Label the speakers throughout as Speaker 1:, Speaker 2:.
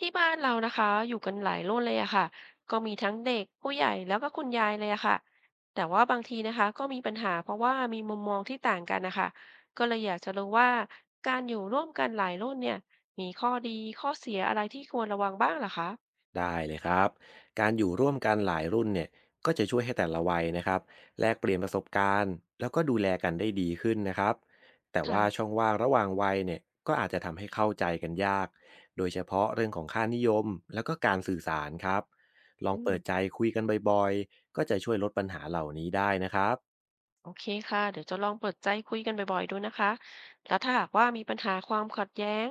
Speaker 1: ที่บ้านเรานะคะอยู่กันหลายรุ่นเลยอะค่ะก็มีทั้งเด็กผู้ใหญ่แล้วก็คุณยายเลยอะค่ะแต่ว่าบางทีนะคะก็มีปัญหาเพราะว่ามีมุมมองที่ต่างกันนะคะก็เลยอยากจะรู้ว่าการอยู่ร่วมกันหลายรุ่นเนี่ยมีข้อดีข้อเสียอะไรที่ควรระวังบ้างเหรอคะ
Speaker 2: ได้เลยครับ การอยู่ร่วมกันหลายรุ่นเนี่ยก็จะช่วยให้แต่ละวัยนะครับแลกเปลี่ยนประสบการณ์แล้วก็ดูแลกันได้ดีขึ้นนะครับแต่ว่าช่
Speaker 1: ค่ะ
Speaker 2: องว่างระหว่างวัยเนี่ยก็อาจจะทำให้เข้าใจกันยากโดยเฉพาะเรื่องของค่านิยมแล้วก็การสื่อสารครับลอง
Speaker 1: อื
Speaker 2: เปิดใจ
Speaker 1: ม
Speaker 2: คุยกันบ่อยๆก็จะช่วยลดปัญหาเหล่านี้ได้นะครับ
Speaker 1: โอเคค่ะเดี๋ยวจะลองเปิดใจคุยกันบ่อยๆดูนะคะแล้วถ้าหากว่ามีปัญหาความขัดแย้ง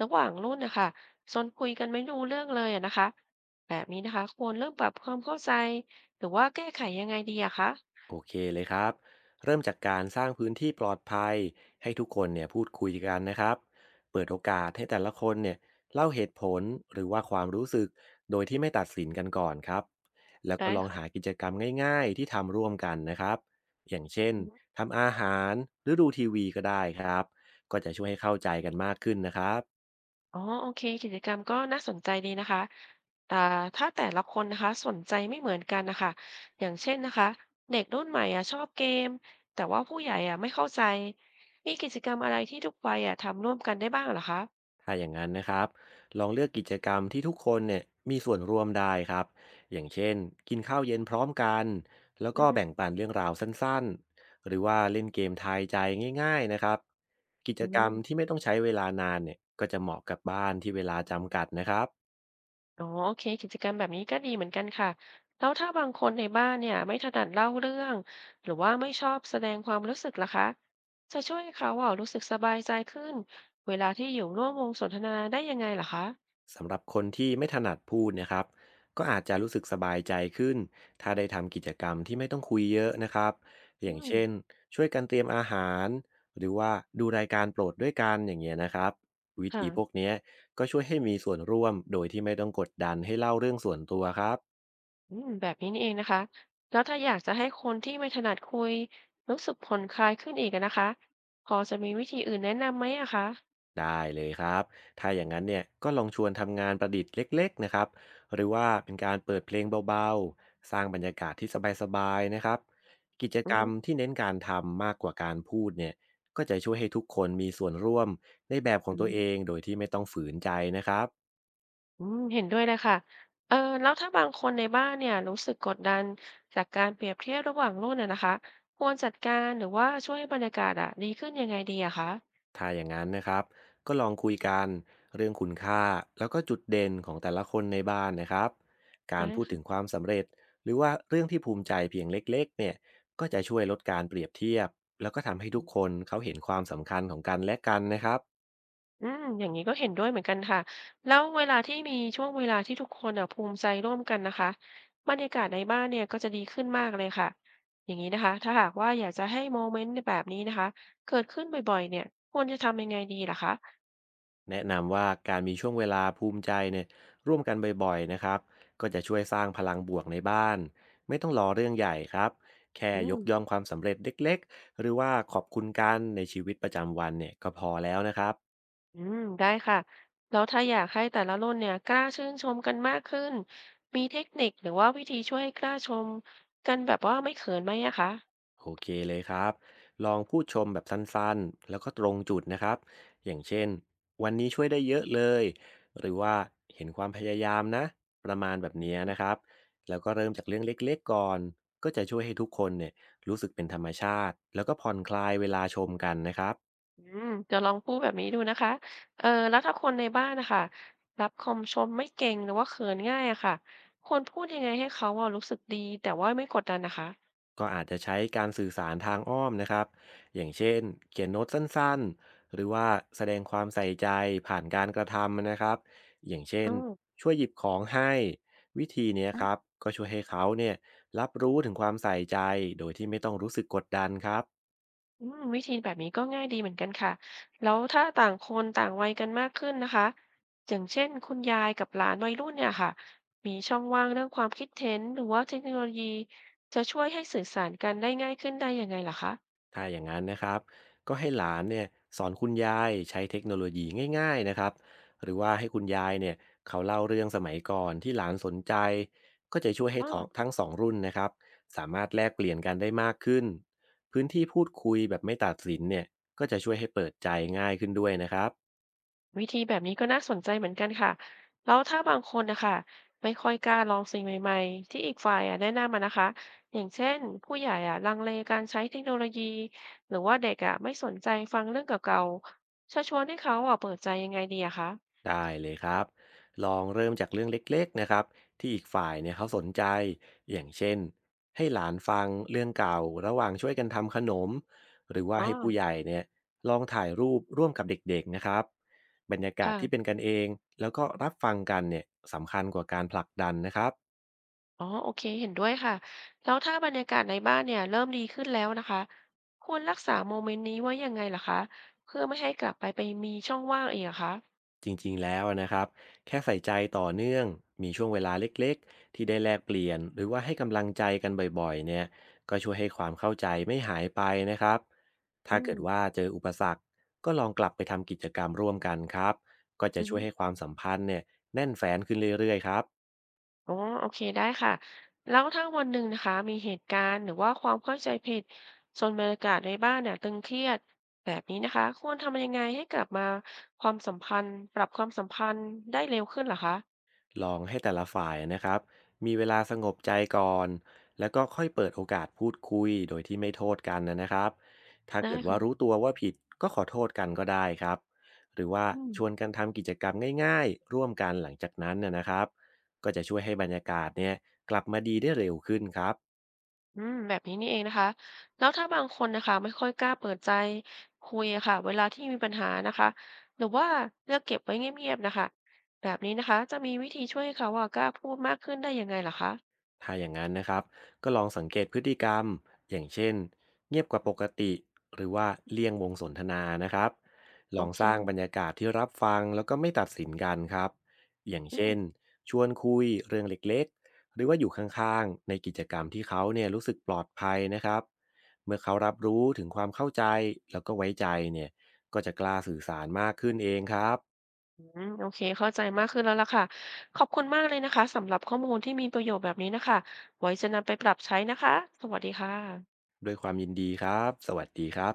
Speaker 1: ระหว่างรุ่นนะคะจนคุยกันไม่รู้เรื่องเลยอะนะคะแบบนี้นะคะควรเริ่มปรับความเข้าใจหรือว่าแก้ไขยังไงดีอะคะ
Speaker 2: โอเคเลยครับเริ่มจากการสร้างพื้นที่ปลอดภัยให้ทุกคนเนี่ยพูดคุยกันนะครับเปิดโอกาสให้แต่ละคนเนี่ยเล่าเหตุผลหรือว่าความรู้สึกโดยที่ไม่ตัดสินกันก่อนครับแล้วก็
Speaker 1: ได้
Speaker 2: ลองหา
Speaker 1: ค่ะ
Speaker 2: กิจกรรมง่ายๆที่ทำร่วมกันนะครับอย่างเช่น
Speaker 1: อือฮึ
Speaker 2: ทำอาหารหรือดูทีวีก็ได้ครับก็จะช่วยให้เข้าใจกันมากขึ้นนะครับ
Speaker 1: อ๋อโอเคกิจกรรมก็น่าสนใจดีนะคะแต่ถ้าแต่ละคนนะคะสนใจไม่เหมือนกันนะคะอย่างเช่นนะคะเด็กรุ่นใหม่อะชอบเกมแต่ว่าผู้ใหญ่อะไม่เข้าใจมีกิจกรรมอะไรที่ทุกวัยอะทำร่วมกันได้บ้างเหรอคะ
Speaker 2: ถ้าอย่างนั้นนะครับลองเลือกกิจกรรมที่ทุกคนเนี่ยมีส่วนร่วมได้ครับอย่างเช่นกินข้าวเย็นพร้อมกันแล้ว
Speaker 1: อื
Speaker 2: ก็
Speaker 1: อฮึ
Speaker 2: แบ่งปันเรื่องราวสั้นๆหรือว่าเล่นเกมทายใจง่ายๆนะครับกิจ
Speaker 1: อื
Speaker 2: กรรม
Speaker 1: ม
Speaker 2: ที่ไม่ต้องใช้เวลานานเนี่ยก็จะเหมาะกับบ้านที่เวลาจำกัดนะครับ
Speaker 1: อ๋อโอเคกิจกรรมแบบนี้ก็ดีเหมือนกันค่ะแล้วถ้าบางคนในบ้านเนี่ยไม่ถนัดเล่าเรื่องหรือว่าไม่ชอบแสดงความรู้สึกล่ะคะจะช่วยให้เขาอ่ะรู้สึกสบายใจขึ้นเวลาที่อยู่ร่วมวงสนทนาได้ยังไงล่ะคะ
Speaker 2: สำหรับคนที่ไม่ถนัดพูดเนะครับก็อาจจะรู้สึกสบายใจขึ้นถ้าได้ทำกิจกรรมที่ไม่ต้องคุยเยอะนะครับอ
Speaker 1: อื
Speaker 2: ย่าง
Speaker 1: ม
Speaker 2: เช่นช่วยกันเตรียมอาหารหรือว่าดูรายการโปรดด้วยกันอย่างเงี้ยนะครับวิธีพวก
Speaker 1: ค่ะ
Speaker 2: เนี้ยก็ช่วยให้มีส่วนร่วมโดยที่ไม่ต้องกดดันให้เล่าเรื่องส่วนตัวครับ
Speaker 1: อืมแบบนี้นี่เองนะคะแล้วถ้าอยากจะให้คนที่ไม่ถนัดคุยรู้สึกผ่อนคลายขึ้นอีกอะนะคะพอจะมีวิธีอื่นแนะนำไหมอะคะ
Speaker 2: ได้เลยครับ ถ้าอย่างนั้นเนี่ยก็ลองชวนทำงานประดิษฐ์เล็กๆนะครับ หรือว่าเป็นการเปิดเพลงเบาๆ สร้างบรรยากาศที่สบายๆนะครับ กิจ
Speaker 1: อื
Speaker 2: ก
Speaker 1: อ
Speaker 2: รร
Speaker 1: ฮึ
Speaker 2: มที่เน้นการทำมากกว่าการพูดเนี่ย ก็จะช่วยให้ทุกคนมีส่วนร่วมในแบบของ
Speaker 1: อื
Speaker 2: ตัว
Speaker 1: ม
Speaker 2: เองโดยที่ไม่ต้องฝืนใจนะครับ
Speaker 1: อืมเห็นด้วยเลยค่ะเออแล้วถ้าบางคนในบ้านเนี่ยรู้สึกกดดันจากการเปรียบเทียบระหว่างรุ่นน่ะนะคะควรจัดการหรือว่าช่วยให้บรรยากาศอะดีขึ้นยังไงดีอะคะ
Speaker 2: ถ้าอย่างนั้นนะครับก็ลองคุยกันเรื่องคุณค่าแล้วก็จุดเด่นของแต่ละคนในบ้านนะครับการ
Speaker 1: ได้
Speaker 2: พูดถึงค
Speaker 1: ค่ะ
Speaker 2: วามสำเร็จหรือว่าเรื่องที่ภูมิใจเพียงเล็กๆเนี่ยก็จะช่วยลดการเปรียบเทียบแล้วก็ทำให้ทุกคนเขาเห็นความสำคัญของกันและกันนะครับ
Speaker 1: อืมอย่างนี้ก็เห็นด้วยเหมือนกันค่ะแล้วเวลาที่มีช่วงเวลาที่ทุกคนอะภูมิใจร่วมกันนะคะบรรยากาศในบ้านเนี่ยก็จะดีขึ้นมากเลยค่ะอย่างนี้นะคะถ้าหากว่าอยากจะให้โมเมนต์แบบนี้นะคะเกิดขึ้นบ่อยๆเนี่ยควรจะทำยังไงดีล่ะคะ
Speaker 2: แนะนำว่าการมีช่วงเวลาภูมิใจเนี่ยร่วมกันบ่อยๆนะครับก็จะช่วยสร้างพลังบวกในบ้านไม่ต้องรอเรื่องใหญ่ครับแค่
Speaker 1: อื
Speaker 2: ยกย่อง
Speaker 1: ม
Speaker 2: ความสำเร็จเล็กๆหรือว่าขอบคุณกันในชีวิตประจำวันเนี่ยก็พอแล้วนะครับ
Speaker 1: อืมได้ค่ะแล้วถ้าอยากให้แต่ละรุ่นเนี่ยกล้าชื่นชมกันมากขึ้นมีเทคนิคหรือว่าวิธีช่วยให้กล้าชมกันแบบว่าไม่เขินไหมอะคะ
Speaker 2: โอเคเลยครับลองพูดชมแบบสั้นๆแล้วก็ตรงจุดนะครับอย่างเช่นวันนี้ช่วยได้เยอะเลยหรือว่าเห็นความพยายามนะประมาณแบบเนี้ยนะครับแล้วก็เริ่มจากเรื่องเล็กๆก่อนก็จะช่วยให้ทุกคนเนี่ยรู้สึกเป็นธรรมชาติแล้วก็ผ่อนคลายเวลาชมกันนะครับ
Speaker 1: อืมจะลองพูดแบบนี้ดูนะคะเออแล้วถ้าคนในบ้านนะคะรับคำชมไม่เก่งหรือว่าเขินง่ายอะค่ะควรพูดยังไงให้เขาอะรู้สึกดีแต่ว่าไม่กดดันนะคะ
Speaker 2: ก็อาจจะใช้การสื่อสารทางอ้อมนะครับอย่างเช่นเขียนโน้ตสั้น ๆ หรือว่าแสดงความใส่ใจผ่านการกระทำนะครับอย่างเช่
Speaker 1: อื
Speaker 2: น
Speaker 1: ม
Speaker 2: ช่วยหยิบของให้วิธีเนี้ยครับก็ช่วยให้เขาเนี่ยรับรู้ถึงความใส่ใจโดยที่ไม่ต้องรู้สึกกดดันครับ
Speaker 1: อืมวิธีแบบนี้ก็ง่ายดีเหมือนกันค่ะ แล้วถ้าต่างคนต่างวัยกันมากขึ้นนะคะ อย่างเช่นคุณยายกับหลานวัยรุ่นเนี่ยค่ะ มีช่องว่างเรื่องความคิดเห็นหรือว่าเทคโนโลยีจะช่วยให้สื่อสารกันได้ง่ายขึ้นได้ยังไงล่ะคะ
Speaker 2: ถ้าอย่างนั้นนะครับก็ให้หลานเนี่ยสอนคุณยายใช้เทคโนโลยีง่ายๆนะครับหรือว่าให้คุณยายเนี่ยเขาเล่าเรื่องสมัยก่อนที่หลานสนใจก็จะช่วยให้ทอง
Speaker 1: ออ
Speaker 2: ทั้งสองรุ่นนะครับสามารถแลกเปลี่ยนกันได้มากขึ้นพื้นที่พูดคุยแบบไม่ตัดสินเนี่ยก็จะช่วยให้เปิดใจง่ายขึ้นด้วยนะครับ
Speaker 1: วิธีแบบนี้ก็น่าสนใจเหมือนกันค่ะแล้วถ้าบางคนนะคะไม่ค่อยกล้าลองสิ่งใหม่ๆที่อีกฝ่ายอะแนะนำมานะคะอย่างเช่นผู้ใหญ่อะลังเลการใช้เทคโนโลยีหรือว่าเด็กอะไม่สนใจฟังเรื่องเก่าๆชักชวนให้เขาอะเปิดใจยังไงดีอะคะ
Speaker 2: ได้เลยครับลองเริ่มจากเรื่องเล็กๆนะครับที่อีกฝ่ายเนี่ยเขาสนใจอย่างเช่นให้หลานฟังเรื่องเก่าระหว่างช่วยกันทำขนมหรือว่า
Speaker 1: อ๋อ
Speaker 2: ให้ผู้ใหญ่เนี่ยลองถ่ายรูปร่วมกับเด็กๆนะครับบรรยากาศที่เป็น
Speaker 1: ค่ะ
Speaker 2: กันเองแล้วก็รับฟังกันเนี่ยสำคัญกว่าการผลักดันนะครับ
Speaker 1: อ๋อโอเคเห็นด้วยค่ะแล้วถ้าบรรยากาศในบ้านเนี่ยเริ่มดีขึ้นแล้วนะคะควรรักษาโมเมนต์นี้ไว้ยังไงล่ะคะเพื่อไม่ให้กลับไปมีช่องว่างอีกอะคะ
Speaker 2: จริงๆแล้วนะครับแค่ใส่ใจต่อเนื่องมีช่วงเวลาเล็กๆที่ได้แลกเปลี่ยนหรือว่าให้กำลังใจกันบ่อยๆเนี่ยก็ช่วยให้ความเข้าใจไม่หายไปนะครับ
Speaker 1: อื
Speaker 2: ถ้า
Speaker 1: ม
Speaker 2: เกิดว่าเจออุปสรรคก็ลองกลับไปทำกิจกรรมร่วมกันครับก็จะ
Speaker 1: อื
Speaker 2: ช่
Speaker 1: อ
Speaker 2: วยให้ความสัมพันธ์เนี่ยแน่นแฟนขึ้นเรื่อยๆครับ
Speaker 1: อ๋อโอเคได้ค่ะแล้วถ้าวันหนึ่งนะคะมีเหตุการณ์หรือว่าความเข้าใจผิดจนบรรยากาศในบ้านเนี่ยตึงเครียดแบบนี้นะคะควรทำยังไงให้กลับมาความสัมพันธ์ปรับความสัมพันธ์ได้เร็วขึ้นเหรอคะ
Speaker 2: ลองให้แต่ละฝ่ายนะครับมีเวลาสงบใจก่อนแล้วก็ค่อยเปิดโอกาสพูดคุยโดยที่ไม่โทษกันนะครับถ้า
Speaker 1: ได้
Speaker 2: เกิดว่ารู้
Speaker 1: ค่ะ
Speaker 2: ตัวว่าผิดก็ขอโทษกันก็ได้ครับหรือว่า
Speaker 1: อืม
Speaker 2: ชวนกันทำกิจกรรมง่ายๆร่วมกันหลังจากนั้นนะครับก็จะช่วยให้บรรยากาศเนี่ยกลับมาดีได้เร็วขึ้นครับ
Speaker 1: อืมแบบนี้นี่เองนะคะแล้วถ้าบางคนนะคะไม่ค่อยกล้าเปิดใจคุยอะค่ะเวลาที่มีปัญหานะคะหรือว่าเลือกเก็บไว้เงียบๆนะคะแบบนี้นะคะจะมีวิธีช่วยให้เขาอะกล้าพูดมากขึ้นได้ยังไงเหรอคะ
Speaker 2: ถ้าอย่างนั้นนะครับก็ลองสังเกตพฤติกรรมอย่างเช่นเงียบกว่าปกติหรือว่าเลี่ยงวงสนทนานะครับล
Speaker 1: โอ
Speaker 2: อง
Speaker 1: เค
Speaker 2: สร้างบรรยากาศที่รับฟังแล้วก็ไม่ตัดสินกันครับอย่าง
Speaker 1: อืม
Speaker 2: เช่นชวนคุยเรื่องเล็กๆหรือว่าอยู่ข้างๆในกิจกรรมที่เขาเนี่ยรู้สึกปลอดภัยนะครับเมื่อเขารับรู้ถึงความเข้าใจแล้วก็ไว้ใจเนี่ยก็จะกล้าสื่อสารมากขึ้นเองครับ
Speaker 1: อืมโอเคเข้าใจมากขึ้นแล้วล่ะค่ะขอบคุณมากเลยนะคะสำหรับข้อมูลที่มีประโยชน์แบบนี้นะคะไว้จะนำไปปรับใช้นะคะสวัสดีค่ะ
Speaker 2: ด้วยความยินดีครับสวัสดีครับ